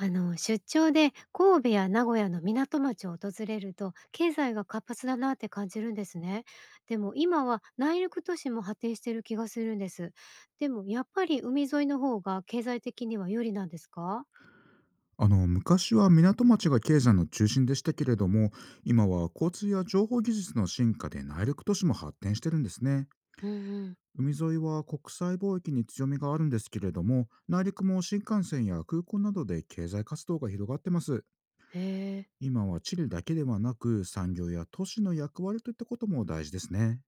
出張で神戸や名古屋の港町を訪れると経済が活発だなって感じるんですね。でも今は内陸都市も発展してる気がするんです。でもやっぱり海沿いの方が経済的には有利なんですか？昔は港町が経済の中心でしたけれども、今は交通や情報技術の進化で内陸都市も発展してるんですね。うんうん。海沿いは国際貿易に強みがあるんですけれども、内陸も新幹線や空港などで経済活動が広がってます。へえ。今は地理だけではなく、産業や都市の役割といったことも大事ですね。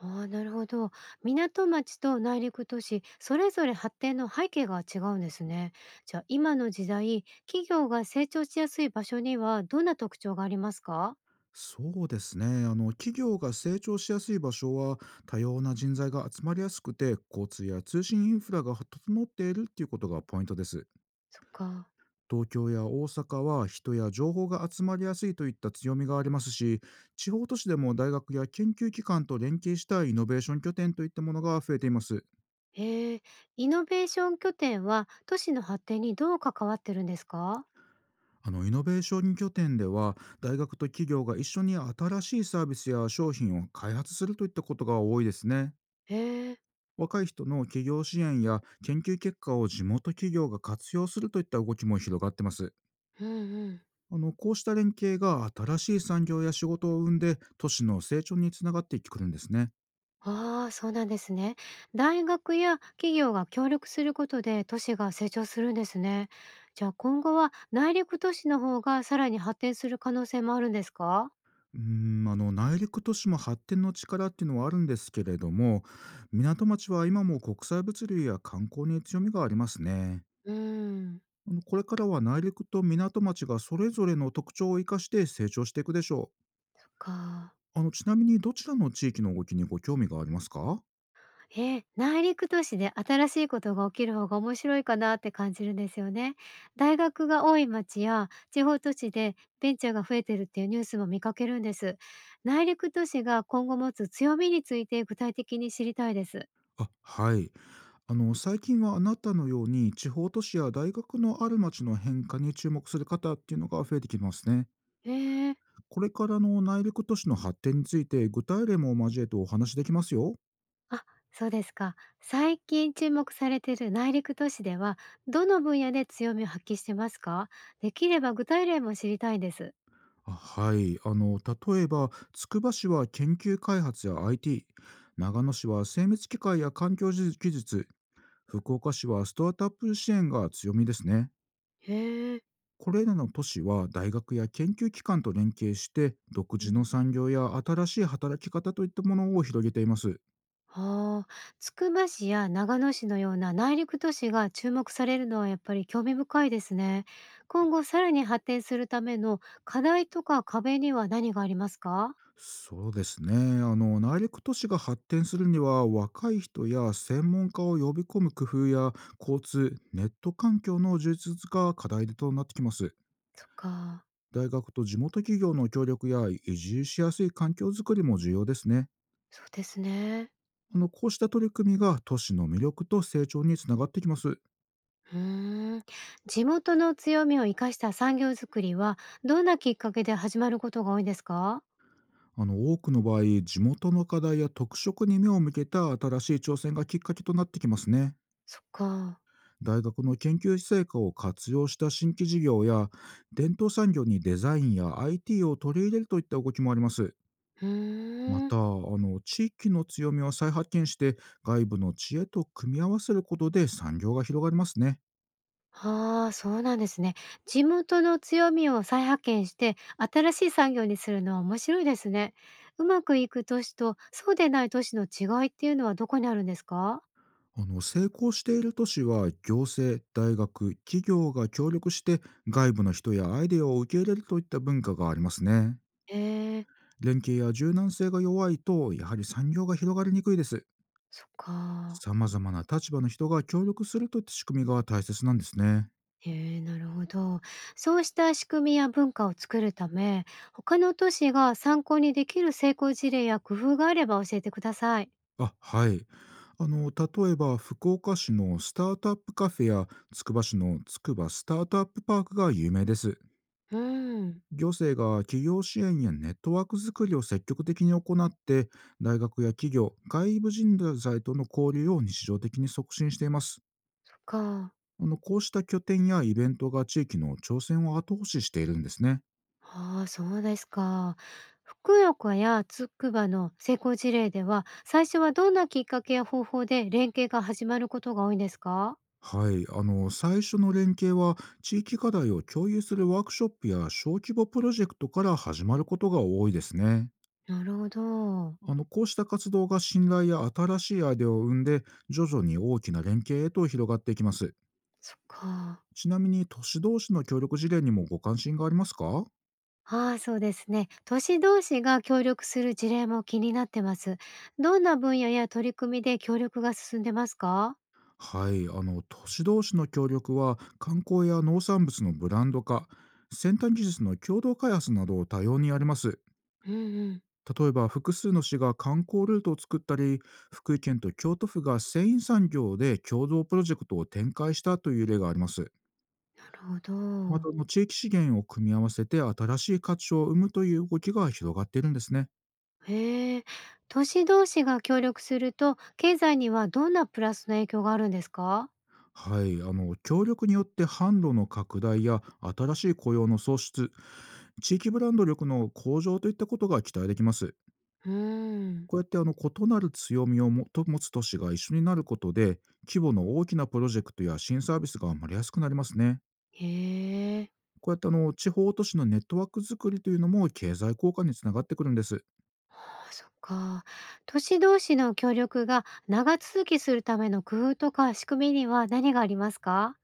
ああ、なるほど。港町と内陸都市それぞれ発展の背景が違うんですね。じゃあ今の時代、企業が成長しやすい場所にはどんな特徴がありますか？そうですね、企業が成長しやすい場所は、多様な人材が集まりやすくて、交通や通信インフラが整っているっていうことがポイントです。そっか。東京や大阪は人や情報が集まりやすいといった強みがありますし、地方都市でも大学や研究機関と連携したイノベーション拠点といったものが増えています。へえ、イノベーション拠点は都市の発展にどう関わってるんですか？イノベーション拠点では、大学と企業が一緒に新しいサービスや商品を開発するといったことが多いですね。へえ。若い人の企業支援や研究結果を地元企業が活用するといった動きも広がってます。うんうん。こうした連携が新しい産業や仕事を生んで、都市の成長につながっていってくるんですね。ああ、そうなんですね。大学や企業が協力することで都市が成長するんですね。じゃあ今後は内陸都市の方がさらに発展する可能性もあるんですか？うー内陸都市も発展の力っていうのはあるんですけれども、港町は今も国際物流や観光に強みがありますね。うーん、これからは内陸と港町がそれぞれの特徴を生かして成長していくでしょそっか。う。ちなみに、どちらの地域の動きにご興味がありますか？ええ、内陸都市で新しいことが起きる方が面白いかなって感じるんですよね。大学が多い町や地方都市でベンチャーが増えてるっていうニュースも見かけるんです。内陸都市が今後持つ強みについて具体的に知りたいです。あ、はい。最近はあなたのように地方都市や大学のある町の変化に注目する方っていうのが増えてきますね。へえー。これからの内陸都市の発展について具体例も交えてお話しできますよ。あ、そうですか。最近注目されている内陸都市ではどの分野で強みを発揮してますか？できれば具体例も知りたいんです。あ、はい。例えば、つくば市は研究開発や IT、 長野市は精密機械や環境技術、福岡市はスタートアップ支援が強みですね。へえ。これらの都市は大学や研究機関と連携して独う自のん。産業や新しい働き方といったものを広げています。はあ、つくば市や長野市のような内陸都市が注目されるのはやっぱり興味深いですね。今後さらに発展するための課題とか壁には何がありますか？そうですね、内陸都市が発展するには、若い人や専門家を呼び込む工夫や、交通ネット環境の充実が課題となってきます。そっか。大学と地元企業の協力や移住しやすい環境づくりも重要ですね。そうですね。こうした取り組みが都市の魅力と成長につながってきます。うーん、地元の強みを生かした産業づくりはどんなきっかけで始まることが多いですか？多くの場合、地元の課題や特色に目を向けた新しい挑戦がきっかけとなってきますね。そっか。大学の研究成果を活用した新規事業や、伝統産業にデザインや IT を取り入れるといった動きもあります。うーまん。た、地域の強みを再発見して、外部の知恵と組み合わせることで産業が広がりますね。ああ、そうなんですね。地元の強みを再発見して、新しい産業にするのは面白いですね。うまくいく都市と、そうでない都市の違いっていうのはどこにあるんですか？成功している都市は行政、大学、企業が協力して、外部の人やアイデアを受け入れるといった文化がありますね。ええ、連携や柔軟性が弱いと、やはり産業が広がりにくいです。そっか。様々な立場の人が協力するといった仕組みが大切なんですね。ええ、なるほど。そうした仕組みや文化を作るため、他の都市が参考にできる成功事例や工夫があれば教えてください。あ、はい。例えば、福岡市のスタートアップカフェやつくば市のつくばスタートアップパークが有名です。うん、行政が企業支援やネットワーク作りを積極的に行って、大学や企業、外部人材との交流を日常的に促進しています。そっか。こうした拠点やイベントが地域の挑戦を後押ししているんですね。ああ、そうですか。福岡やつくばの成功事例では、最初はどんなきっかけや方法で連携が始まることが多いんですか？はい、最初の連携は地域課題を共有するワークショップや小規模プロジェクトから始まることが多いですね。なるほど。こうした活動が信頼や新しいアイデアを生んで、徐々に大きな連携へと広がっていきます。そっか。ちなみに、都市同士の協力事例にもご関心がありますか？ああ、そうですね。都市同士が協力する事例も気になってます。どんな分野や取り組みで協力が進んでますか？はい、都市同士の協力は観光や農産物のブランド化、先端技術の共同開発などを多様にあります。うんうん。例えば、複数の市が観光ルートを作ったり、福井県と京都府が繊維産業で共同プロジェクトを展開したという例があります。なるほまど。た、地域資源を組み合わせて新しい価値を生むという動きが広がっているんですね。へえ。都市同士が協力すると、経済にはどんなプラスの影響があるんですか？はい、協力によって販路の拡大や新しい雇用の創出、地域ブランド力の向上といったことが期待できます。うーん。こうやって異なる強みをもと持つ都市が一緒になることで、規模の大きなプロジェクトや新サービスが生まれやすくなりますね。へえ。こうやって地方都市のネットワーク作りというのも経済効果につながってくるんです。ああ、そっか。都市同士の協力が長続きするための工夫とか仕組みには何がありますか？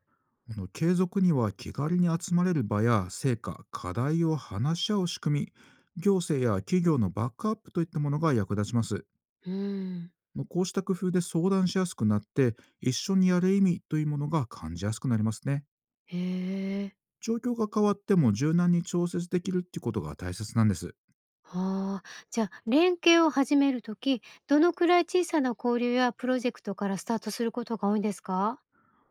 継続には気軽に集まれる場や成果、課題を話し合う仕組み、行政や企業のバックアップといったものが役立ちます。うん、まあ、こうした工夫で相談しやすくなって、一緒にやる意味というものが感じやすくなりますね。へえ。状況が変わっても柔軟に調節できるっていうことが大切なんです。ああ、じゃあ連携を始めるとき、どのくらい小さな交流やプロジェクトからスタートすることが多いんですか？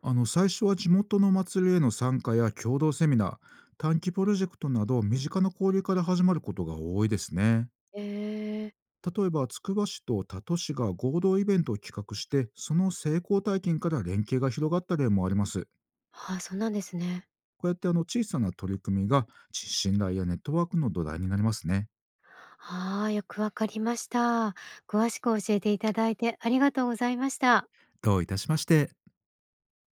最初は地元の祭りへの参加や共同セミナー、短期プロジェクトなど身近な交流から始まることが多いですね。へえ。例えば、つくば市と多都市が合同イベントを企画して、その成功体験から連携が広がった例もあります。ああ、そうなんですね。こうやって小さな取り組みが信頼やネットワークの土台になりますね。ああ、よくわかりました。詳しく教えていただいてありがとうございました。どういたしまして。